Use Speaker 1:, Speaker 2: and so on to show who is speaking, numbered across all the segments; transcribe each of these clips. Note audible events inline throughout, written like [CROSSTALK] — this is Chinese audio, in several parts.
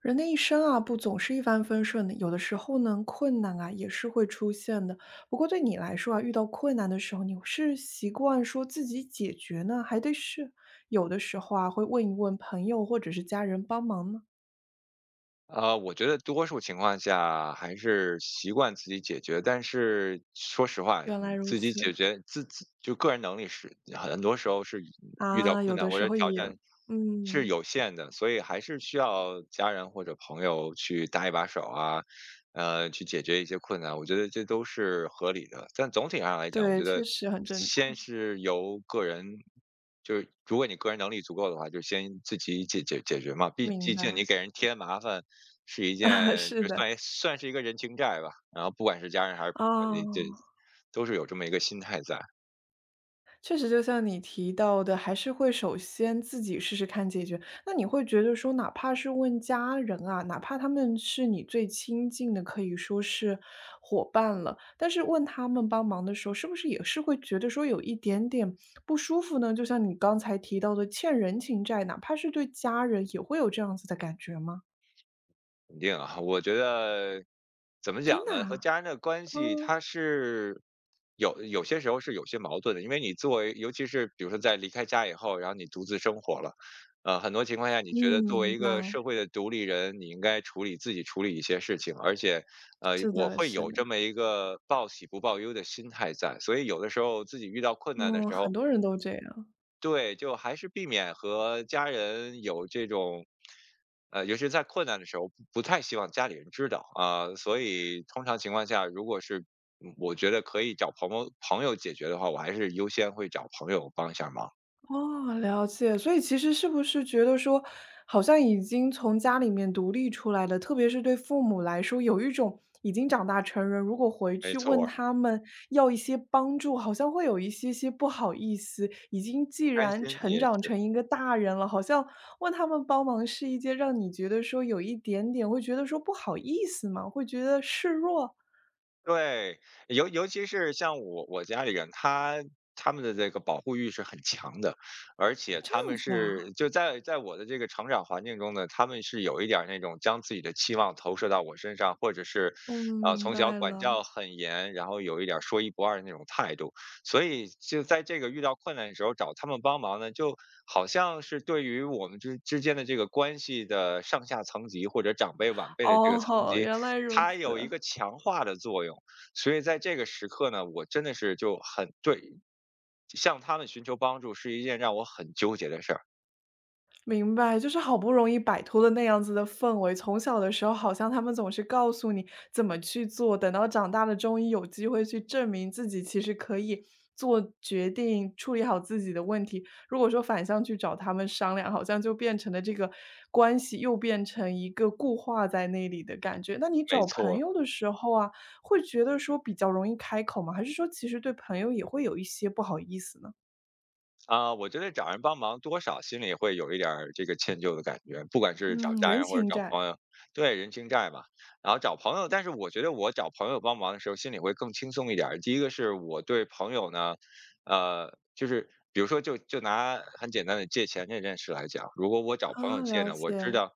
Speaker 1: 人的一生啊，不总是一帆风顺的，有的时候呢，困难啊也是会出现的。不过对你来说啊，遇到困难的时候，你是习惯说自己解决呢，还得是有的时候啊，会问一问朋友或者是家人帮忙呢？
Speaker 2: 我觉得多数情况下还是习惯自己解决，但是说实话，
Speaker 1: 原来如
Speaker 2: 自己
Speaker 1: 此
Speaker 2: 解决自己就个人能力是很多时候是遇到
Speaker 1: 啊，
Speaker 2: 困
Speaker 1: 有
Speaker 2: 难
Speaker 1: 的
Speaker 2: 或
Speaker 1: 时
Speaker 2: 者
Speaker 1: 候
Speaker 2: 挑
Speaker 1: 也，
Speaker 2: 战是
Speaker 1: 嗯，
Speaker 2: 有限的，所以还是需要家人或者朋友去搭一把手啊，去解决一些困难。我觉得这都是合理的，但总体上来讲，我
Speaker 1: 对，
Speaker 2: 觉得
Speaker 1: 确实很正
Speaker 2: 先
Speaker 1: 常，
Speaker 2: 是由个人，就是如果你个人能力足够的话，就先自己解决嘛，毕毕
Speaker 1: 明
Speaker 2: 竟你
Speaker 1: 白，
Speaker 2: 给人添麻烦是一
Speaker 1: [LAUGHS]
Speaker 2: 件，
Speaker 1: 啊，是
Speaker 2: 就
Speaker 1: 的，
Speaker 2: 算是一个人情债吧。然后不管是家人还是朋友，你这
Speaker 1: 啊。
Speaker 2: 都是有这么一个心态在。
Speaker 1: 确实，就像你提到的，还是会首先自己试试看解决。那你会觉得说，哪怕是问家人啊，哪怕他们是你最亲近的，可以说是伙伴了，但是问他们帮忙的时候，是不是也是会觉得说有一点点不舒服呢？就像你刚才提到的，欠人情债，哪怕是对家人，也会有这样子的感觉吗？
Speaker 2: 肯定啊，我觉得怎么讲
Speaker 1: 真的
Speaker 2: 呢？和
Speaker 1: 啊？
Speaker 2: 家人的关系，
Speaker 1: 嗯，
Speaker 2: 它是有些时候是有些矛盾的，因为你作为，尤其是比如说在离开家以后，然后你独自生活了，很多情况下，你觉得
Speaker 1: 嗯，
Speaker 2: 作为
Speaker 1: 明
Speaker 2: 一个社
Speaker 1: 白。
Speaker 2: 会的独立人，你应该处理自己处理一些事情，而且，
Speaker 1: 是
Speaker 2: 我
Speaker 1: 的，
Speaker 2: 会
Speaker 1: 是
Speaker 2: 有
Speaker 1: 的，
Speaker 2: 这么一个报喜不报忧的心态在，所以有的时候自己遇到困难的
Speaker 1: 嗯，
Speaker 2: 时候，
Speaker 1: 很多人都这样。
Speaker 2: 对，就还是避免和家人有这种，尤其是在困难的时候，不太希望家里人知道啊、所以通常情况下，如果是我觉得可以找朋友解决的话，我还是优先会找朋友帮一下忙。
Speaker 1: 哦，了解。所以其实是不是觉得说，好像已经从家里面独立出来了，特别是对父母来说，有一种已经长大成人，如果回
Speaker 2: 没
Speaker 1: 去
Speaker 2: 错
Speaker 1: 问
Speaker 2: 儿，
Speaker 1: 他们要一些帮助，好像会有一些些不好意思。已经既
Speaker 2: 不开
Speaker 1: 然
Speaker 2: 心
Speaker 1: 成
Speaker 2: 也
Speaker 1: 长
Speaker 2: 是
Speaker 1: 成一个大人了，好像问他们帮忙是一件让你觉得说有一点点会觉得说不好意思嘛，会觉得示弱，
Speaker 2: 对，尤其是像我家里人，他们的这个保护欲是很强的，而且
Speaker 1: 这
Speaker 2: 他
Speaker 1: 样
Speaker 2: 们
Speaker 1: 子啊。
Speaker 2: 是就在我的这个成长环境中呢，他们是有一点儿那种将自己的期望投射到我身上，或者是，
Speaker 1: 嗯，明
Speaker 2: 从小
Speaker 1: 白
Speaker 2: 管教
Speaker 1: 了。
Speaker 2: 很严，然后有一点儿说一不二的那种态度。所以就在这个遇到困难的时候找他们帮忙呢，就好像是对于我们之间的这个关系的上下层级或者长辈晚辈的这个层
Speaker 1: 哦，
Speaker 2: 级
Speaker 1: 原来如
Speaker 2: 它有一
Speaker 1: 此。
Speaker 2: 个强化的作用。所以在这个时刻呢，我真的是就很对，向他们寻求帮助是一件让我很纠结的事儿，
Speaker 1: 明白，就是好不容易摆脱了那样子的氛围。从小的时候，好像他们总是告诉你怎么去做，等到长大了，终于有机会去证明自己，其实可以做决定，处理好自己的问题。如果说反向去找他们商量，好像就变成了这个关系又变成一个固化在那里的感觉。那你
Speaker 2: 没
Speaker 1: 找
Speaker 2: 错。
Speaker 1: 朋友的时候啊，会觉得说比较容易开口吗？还是说其实对朋友也会有一些不好意思呢？
Speaker 2: 啊，我觉得找人帮忙多少心里会有一点儿这个歉疚的感觉，不管是找
Speaker 1: 嗯，
Speaker 2: 家
Speaker 1: 人
Speaker 2: 人或者
Speaker 1: 情
Speaker 2: 找
Speaker 1: 债
Speaker 2: 朋友，对，人情债嘛。然后找朋友，但是我觉得我找朋友帮忙的时候心里会更轻松一点儿。第一个是我对朋友呢，就是比如说就拿很简单的借钱这件事来讲，如果我找朋友
Speaker 1: 啊，
Speaker 2: 借
Speaker 1: 了
Speaker 2: 呢，我知
Speaker 1: 解。
Speaker 2: 道。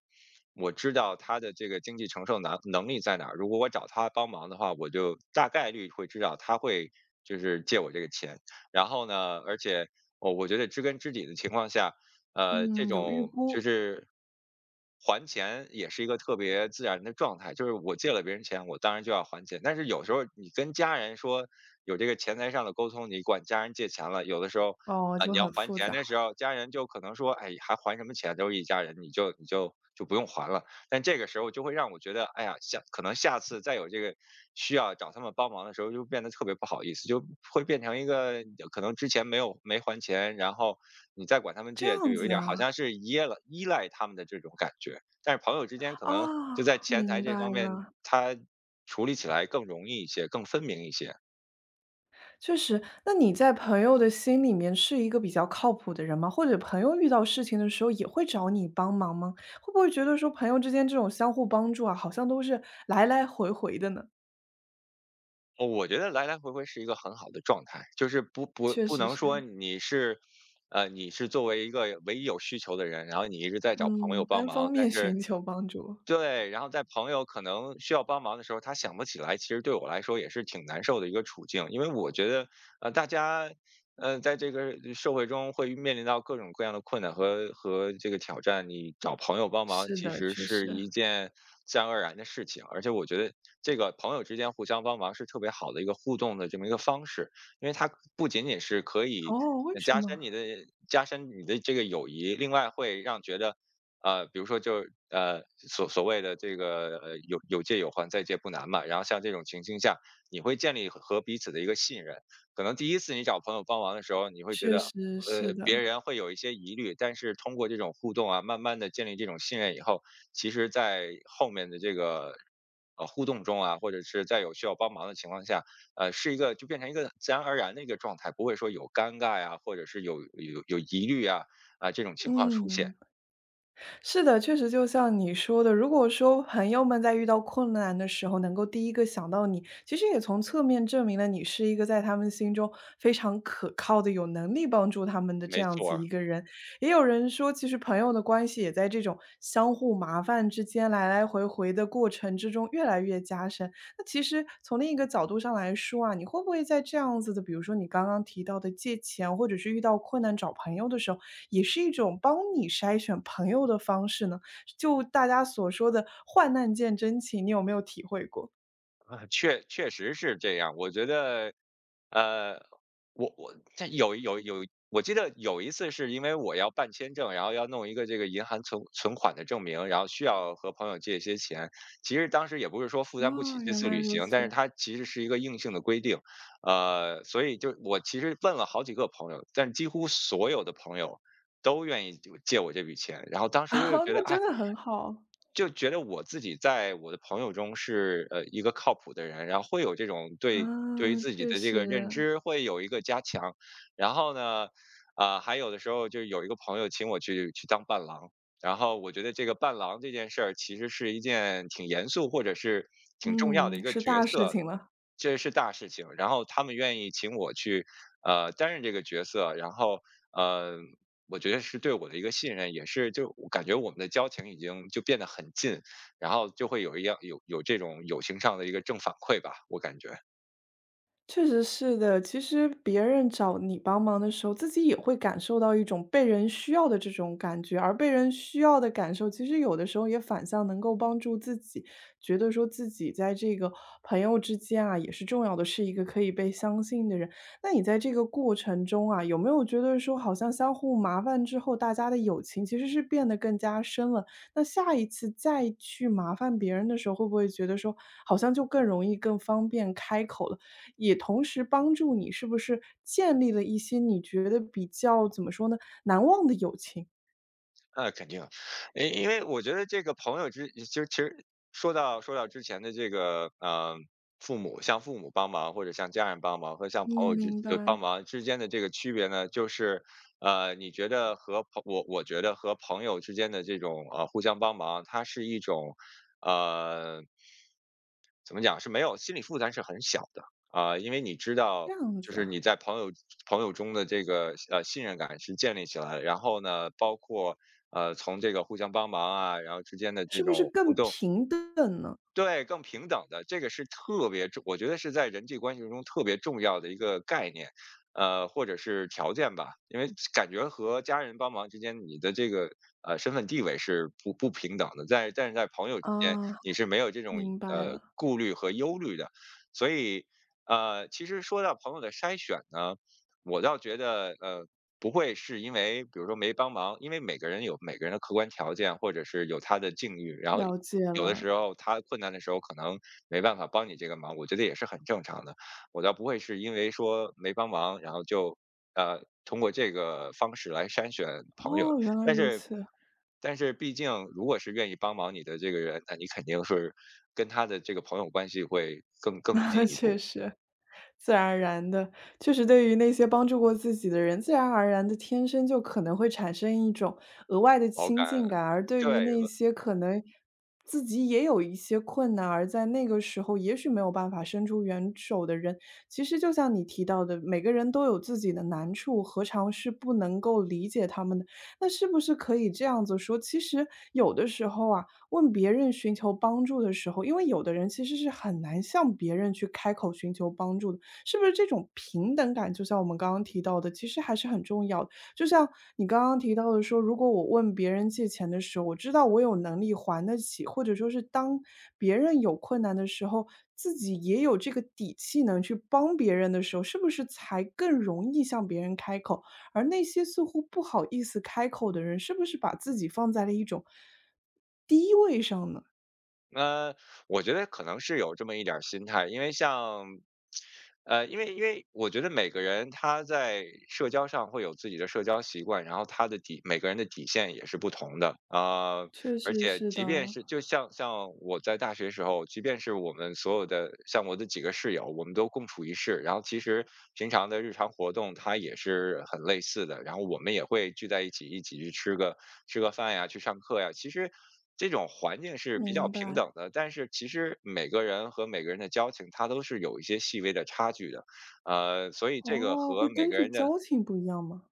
Speaker 2: 我知道他的这个经济承受能力在哪儿。如果我找他帮忙的话，我就大概率会知道他会就是借我这个钱。然后呢，而且哦，我觉得知根知底的情况下，这
Speaker 1: 嗯，有预
Speaker 2: 种就
Speaker 1: 估，
Speaker 2: 是还钱也是一个特别自然的状态。就是我借了别人钱，我当然就要还钱。但是有时候你跟家人说有这个钱财上的沟通，你管家人借钱了，有的时候
Speaker 1: 哦，
Speaker 2: 啊、
Speaker 1: 就
Speaker 2: 你要
Speaker 1: 很
Speaker 2: 还
Speaker 1: 复
Speaker 2: 钱
Speaker 1: 杂
Speaker 2: 的时
Speaker 1: 了
Speaker 2: 候，家人就可能说，哎，还什么钱，都是一家人，你就不用还了。但这个时候就会让我觉得，哎呀，可能下次再有这个需要找他们帮忙的时候，就变得特别不好意思，就会变成一个可能之前没还钱，然后你再管他们
Speaker 1: 这
Speaker 2: 借，就
Speaker 1: 样
Speaker 2: 有一
Speaker 1: 子
Speaker 2: 点儿好
Speaker 1: 啊，
Speaker 2: 像是依赖他们的这种感觉。但是朋友之间可
Speaker 1: 啊，
Speaker 2: 能就在钱财
Speaker 1: 明
Speaker 2: 这
Speaker 1: 白
Speaker 2: 方面，
Speaker 1: 了，
Speaker 2: 他处理起来更容易一些，更分明一些。
Speaker 1: 确实。那你在朋友的心里面是一个比较靠谱的人吗？或者朋友遇到事情的时候也会找你帮忙吗？会不会觉得说朋友之间这种相互帮助啊，好像都是来来回回的呢？
Speaker 2: 哦，我觉得来来回回是一个很好的状态，就是不不
Speaker 1: 确
Speaker 2: 不
Speaker 1: 实
Speaker 2: 能说
Speaker 1: 是，
Speaker 2: 你是，你是作为一个唯一有需求的人，然后你一直在找朋友
Speaker 1: 嗯，
Speaker 2: 帮
Speaker 1: 单
Speaker 2: 忙，
Speaker 1: 方
Speaker 2: 但
Speaker 1: 面
Speaker 2: 是
Speaker 1: 寻求帮助，
Speaker 2: 对，然后在朋友可能需要帮忙的时候，他想不起来，其实对我来说也是挺难受的一个处境。因为我觉得，大家，在这个社会中会面临到各种各样的困难和这个挑战，你找朋友帮忙
Speaker 1: 是
Speaker 2: 其
Speaker 1: 的，
Speaker 2: 实
Speaker 1: 确
Speaker 2: 是
Speaker 1: 实。
Speaker 2: 一件自然而然的事情。而且我觉得，这个朋友之间互相帮忙是特别好的一个互动的这么一个方式，因为它不仅仅是可以
Speaker 1: 哦，为什么？
Speaker 2: 加深你的这个友谊，另外会让觉得比如说所谓的这个有借有还，再借不难嘛。然后像这种情形下，你会建立和彼此的一个信任。可能第一次你找朋友帮忙的时候，你会觉得
Speaker 1: 确实是
Speaker 2: 别
Speaker 1: 的，
Speaker 2: 人会有一些疑虑，但是通过这种互动啊，慢慢的建立这种信任以后，其实在后面的这个。互动中啊，或者是在有需要帮忙的情况下，是一个就变成一个自然而然的一个状态，不会说有尴尬呀、或者是有疑虑啊、这种情况出现。
Speaker 1: 嗯。是的，确实就像你说的，如果说朋友们在遇到困难的时候能够第一个想到你，其实也从侧面证明了你是一个在他们心中非常可靠的、有能力帮助他们的这
Speaker 2: 没
Speaker 1: 样
Speaker 2: 错
Speaker 1: 子
Speaker 2: 儿，
Speaker 1: 一个人。也有人说，其实朋友的关系也在这种相互麻烦之间来来回回的过程之中越来越加深。那其实从另一个角度上来说啊，你会不会在这样子的，比如说你刚刚提到的借钱，或者是遇到困难找朋友的时候，也是一种帮你筛选朋友的方式呢？就大家所说的“患难见真情”，你有没有体会过？
Speaker 2: 啊，确实是这样。我觉得，呃，我我这有有有，我记得有一次是因为我要办签证，然后要弄一个这个银行存款的证明，然后需要和朋友借一些钱。其实当时也不是说负担不起
Speaker 1: 哇，
Speaker 2: 这
Speaker 1: 原
Speaker 2: 次
Speaker 1: 来
Speaker 2: 旅
Speaker 1: 如
Speaker 2: 行，但
Speaker 1: 此
Speaker 2: 是它
Speaker 1: [LAUGHS]，
Speaker 2: 其实是一个硬性的规定，所以就我其实问了好几个朋友，但几乎所有的朋友都愿意就借我这笔钱。然后当时
Speaker 1: 啊，
Speaker 2: 就觉得，
Speaker 1: 那
Speaker 2: 哎，
Speaker 1: 真的很好，
Speaker 2: 就觉得我自己在我的朋友中是一个靠谱的人，然后会有这种
Speaker 1: 啊，
Speaker 2: 对于自己
Speaker 1: 确
Speaker 2: 的这
Speaker 1: 实。
Speaker 2: 个认知会有一个加强，然后呢，啊、还有的时候就有一个朋友请我去当伴郎，然后我觉得这个伴郎这件事儿其实是一件挺严肃或者是挺重要的一
Speaker 1: 嗯，
Speaker 2: 个
Speaker 1: 是
Speaker 2: 角
Speaker 1: 大事
Speaker 2: 色，
Speaker 1: 情了。
Speaker 2: 这是大事情。然后他们愿意请我去担任这个角色，然后呃我觉得是对我的一个信任，也是就我感觉我们的交情已经就变得很近，然后就会有一样有这种友情上的一个正反馈吧，我感觉。
Speaker 1: 确实是的，其实别人找你帮忙的时候，自己也会感受到一种被人需要的这种感觉，而被人需要的感受，其实有的时候也反向能够帮助自己，觉得说自己在这个朋友之间啊，也是重要的，是一个可以被相信的人。那你在这个过程中啊，有没有觉得说，好像相互麻烦之后，大家的友情其实是变得更加深了？那下一次再去麻烦别人的时候，会不会觉得说，好像就更容易、更方便开口了？也同时帮助你是不是建立了一些你觉得比较怎么说呢，难忘的友情？
Speaker 2: 肯定，因为我觉得这个朋友之其实其实说到之前的这个，父母向父母帮忙或者向家人帮忙和向
Speaker 1: 嗯，
Speaker 2: 朋友之
Speaker 1: 明
Speaker 2: 帮
Speaker 1: 白。
Speaker 2: 忙之间的这个区别呢，就是，你觉得和朋我觉得和朋友之间的这种，互相帮忙，它是一种，呃怎么讲，是没有心理负担是很小的。啊，因为你知
Speaker 1: 这
Speaker 2: 道，
Speaker 1: 样
Speaker 2: 就
Speaker 1: 子
Speaker 2: 是
Speaker 1: 啊，
Speaker 2: 你在朋友中的这个，信任感是建立起来的然后呢，包括从这个互相帮忙啊，然后之间的这
Speaker 1: 是不是
Speaker 2: 种互
Speaker 1: 更
Speaker 2: 动，
Speaker 1: 平等呢？
Speaker 2: 对，更平等的，这个是特别重我觉得是在人际关系中特别重要的一个概念，或者是条件吧。因为感觉和家人帮忙之间，你的这个，身份地位是不平等的，但是在朋友之间，
Speaker 1: 啊，
Speaker 2: 你是没有这种，
Speaker 1: 明白了，
Speaker 2: 顾虑和忧虑的。所以，其实说到朋友的筛选呢，我倒觉得，不会是因为比如说没帮忙，因为每个人有每个人的客观条件，或者是有他的境遇，然后
Speaker 1: 了解
Speaker 2: 有的
Speaker 1: 了。
Speaker 2: 时候他困难的时候可能没办法帮你这个忙，我觉得也是很正常的。我倒不会是因为说没帮忙，然后就通过这个方式来筛选朋友，
Speaker 1: 哦，原来
Speaker 2: 但
Speaker 1: 如
Speaker 2: 是。
Speaker 1: 此。
Speaker 2: 但是毕竟，如果是愿意帮忙你的这个人，那你肯定是跟他的这个朋友关系会更
Speaker 1: [LAUGHS]
Speaker 2: 更进
Speaker 1: 那
Speaker 2: 一
Speaker 1: 确
Speaker 2: 步。
Speaker 1: 实，自然而然的，确实对于那些帮助过自己的人，自然而然的天生就可能会产生一种额外的
Speaker 2: 好感
Speaker 1: 亲近感，而对
Speaker 2: 对，
Speaker 1: 于那些可能自己也有一些困难，而在那个时候也许没有办法伸出援手的人，其实就像你提到的，每个人都有自己的难处，何尝是不能够理解他们的那是不是可以这样子说，其实有的时候啊，问别人寻求帮助的时候，因为有的人其实是很难向别人去开口寻求帮助的，是不是这种平等感，就像我们刚刚提到的，其实还是很重要的。就像你刚刚提到的说，如果我问别人借钱的时候，我知道我有能力还得起，或者说是当别人有困难的时候，自己也有这个底气能去帮别人的时候，是不是才更容易向别人开口？而那些似乎不好意思开口的人，是不是把自己放在了一种低位上呢？
Speaker 2: 呃，我觉得可能是有这么一点儿心态，因为像，因为我觉得每个人他在社交上会有自己的社交习惯，然后他的底每个人的底线也是不同的啊、
Speaker 1: 确
Speaker 2: 而
Speaker 1: 实
Speaker 2: 且
Speaker 1: 是
Speaker 2: 即便
Speaker 1: 的，
Speaker 2: 是就像我在大学时候，即便是我们所有的像我的几个室友，我们都共处一室，然后其实平常的日常活动它也是很类似的，然后我们也会聚在一起，一起去吃个饭呀，去上课呀，其实。这种环境是比较
Speaker 1: 明
Speaker 2: 平
Speaker 1: 白。
Speaker 2: 等的，但是其实每个人和每个人的交情，它都是有一些细微的差距的，所以这个
Speaker 1: 哦，
Speaker 2: 和
Speaker 1: 会
Speaker 2: 每
Speaker 1: 根
Speaker 2: 个
Speaker 1: 据
Speaker 2: 人的
Speaker 1: 交情不一样吗？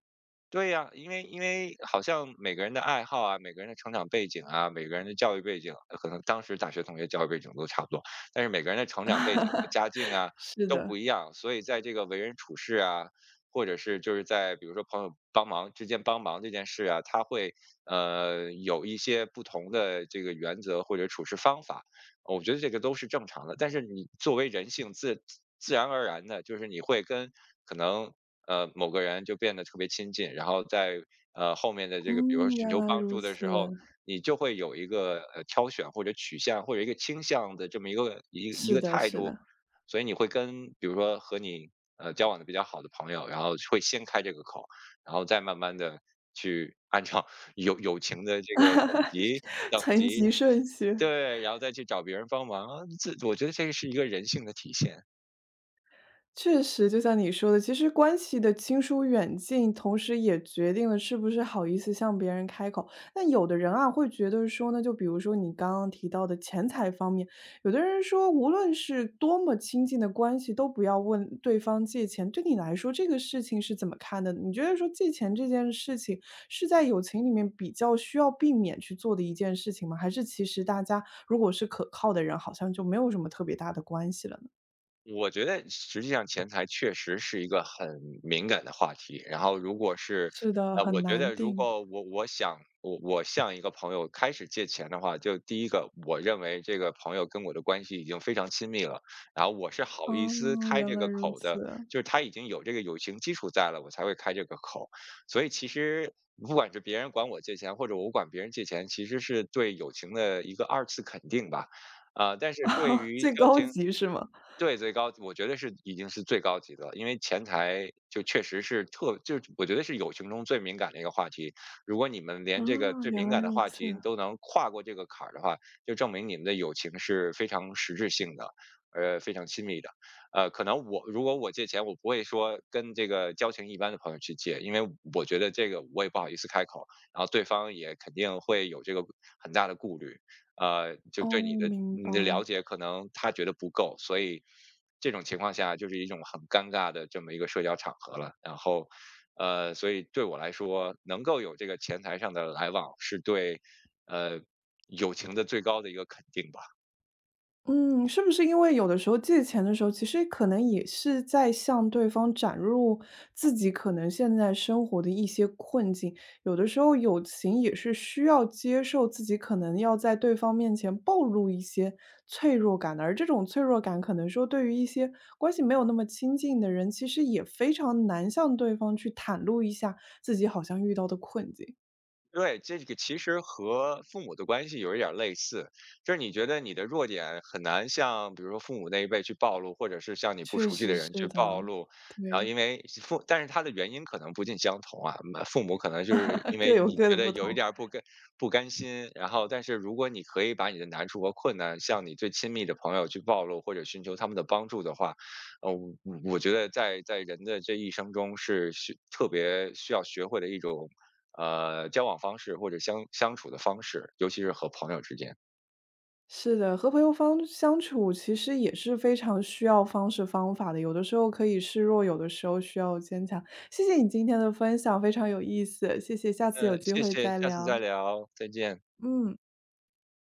Speaker 2: 对呀，因为好像每个人的爱好啊，每个人的成长背景啊，每个人的教育背景，可能当时大学同学教育背景都差不多，但是每个人的成长背景和家境啊
Speaker 1: 是
Speaker 2: 都
Speaker 1: 的，
Speaker 2: 不一样，所以在这个为人处事啊，或者是就是在比如说朋友帮忙之间这件事啊，他会有一些不同的这个原则或者处事方法。我觉得这个都是正常的，但是你作为人性自然而然的，就是你会跟可能某个人就变得特别亲近，然后在后面的这个，比如说
Speaker 1: 嗯，
Speaker 2: 寻
Speaker 1: 原
Speaker 2: 求
Speaker 1: 来
Speaker 2: 帮
Speaker 1: 如
Speaker 2: 助的
Speaker 1: 此。
Speaker 2: 时候，你就会有一个挑选或者取向或者一个倾向的这么一个一个一
Speaker 1: 是
Speaker 2: 个
Speaker 1: 的，
Speaker 2: 态
Speaker 1: 是
Speaker 2: 度，
Speaker 1: 的，
Speaker 2: 所以你会跟比如说和你交往的比较好的朋友，然后会先开这个口，然后再慢慢的去按照 [LAUGHS] 友情的这个等级
Speaker 1: [LAUGHS]
Speaker 2: 等
Speaker 1: 层
Speaker 2: 级
Speaker 1: 级顺序。
Speaker 2: 对，然后再去找别人帮忙，啊这我觉得这个是一个人性的体现。
Speaker 1: 确实，就像你说的，其实关系的亲疏远近，同时也决定了是不是好意思向别人开口。那有的人啊，会觉得说呢，就比如说你刚刚提到的钱财方面，有的人说，无论是多么亲近的关系，都不要问对方借钱。对你来说，这个事情是怎么看的？你觉得说借钱这件事情是在友情里面比较需要避免去做的一件事情吗？还是其实大家如果是可靠的人，好像就没有什么特别大的关系了呢？
Speaker 2: 我觉得实际上钱财确实是一个很敏感的话题。然后如果是，
Speaker 1: 是的，
Speaker 2: 我
Speaker 1: 很
Speaker 2: 觉
Speaker 1: 难
Speaker 2: 得如
Speaker 1: 定。
Speaker 2: 果我我想我我向一个朋友开始借钱的话，就第一个，我认为这个朋友跟我的关系已经非常亲密了，然后我是好意
Speaker 1: 哦，
Speaker 2: 思开
Speaker 1: 原
Speaker 2: 这
Speaker 1: 来
Speaker 2: 个
Speaker 1: 如
Speaker 2: 口的，
Speaker 1: 此，
Speaker 2: 就是他已经有这个友情基础在了，我才会开这个口。所以其实不管是别人管我借钱，或者我管别人借钱，其实是对友情的一个二次肯定吧。啊、但是对
Speaker 1: [LAUGHS]
Speaker 2: 于
Speaker 1: 最
Speaker 2: 交
Speaker 1: 高
Speaker 2: 情
Speaker 1: 级是吗？
Speaker 2: 对，最高我觉得是已经是最高级的了，因为前台就确实是特就我觉得是友情中最敏感的一个话题。如果你们
Speaker 1: 啊，
Speaker 2: 连这个最
Speaker 1: 原
Speaker 2: 敏
Speaker 1: 来
Speaker 2: 感的
Speaker 1: 如
Speaker 2: 话题
Speaker 1: 此，
Speaker 2: 都能跨过这个坎儿的话，就证明你们的友情是非常实质性的，非常亲密的。可能我如果我借钱，我不会说跟这个交情一般的朋友去借，因为我觉得这个我也不好意思开口，然后对方也肯定会有这个很大的顾虑。就
Speaker 1: 哦，
Speaker 2: 对你的
Speaker 1: 明
Speaker 2: 你
Speaker 1: 白。
Speaker 2: 的了解可能他觉得不够，所以这种情况下就是一种很尴尬的这么一个社交场合了。然后，所以对我来说，能够有这个前台上的来往，是对呃友情的最高的一个肯定吧。
Speaker 1: 嗯，是不是因为有的时候借钱的时候，其实可能也是在向对方展露自己可能现在生活的一些困境。有的时候友情也是需要接受自己可能要在对方面前暴露一些脆弱感的，而这种脆弱感可能说对于一些关系没有那么亲近的人，其实也非常难向对方去袒露一下自己好像遇到的困境。
Speaker 2: 对，这个其实和父母的关系有一点儿类似，就是你觉得你的弱点很难向，比如说父母那一辈去暴露，或者是向你不
Speaker 1: 确
Speaker 2: 熟悉
Speaker 1: 实
Speaker 2: 的
Speaker 1: 是
Speaker 2: 人去暴
Speaker 1: 的，
Speaker 2: 露，然后因
Speaker 1: 对，
Speaker 2: 为父，但是他的原因可能不尽相同啊，嗯父母可能就是因
Speaker 1: [LAUGHS]
Speaker 2: 为
Speaker 1: 各有
Speaker 2: 你
Speaker 1: 各
Speaker 2: 觉
Speaker 1: 的
Speaker 2: 得
Speaker 1: 不
Speaker 2: 有一
Speaker 1: 同。
Speaker 2: 点儿不甘心，然后但是如果你可以把你的难处和困难向你最亲密的朋友去暴露，或者寻求他们的帮助的话，呃，我我觉得在人的这一生中是需特别需要学会的一种交往方式或者相处的方式，尤其是和朋友之间。
Speaker 1: 是的，和朋友方相处其实也是非常需要方式方法的，有的时候可以示弱，有的时候需要坚强。谢谢你今天的分享，非常有意思，谢谢，下次有机
Speaker 2: 谢
Speaker 1: 会
Speaker 2: 谢，
Speaker 1: 再
Speaker 2: 下次再
Speaker 1: 聊。
Speaker 2: 聊，再见。
Speaker 1: 嗯。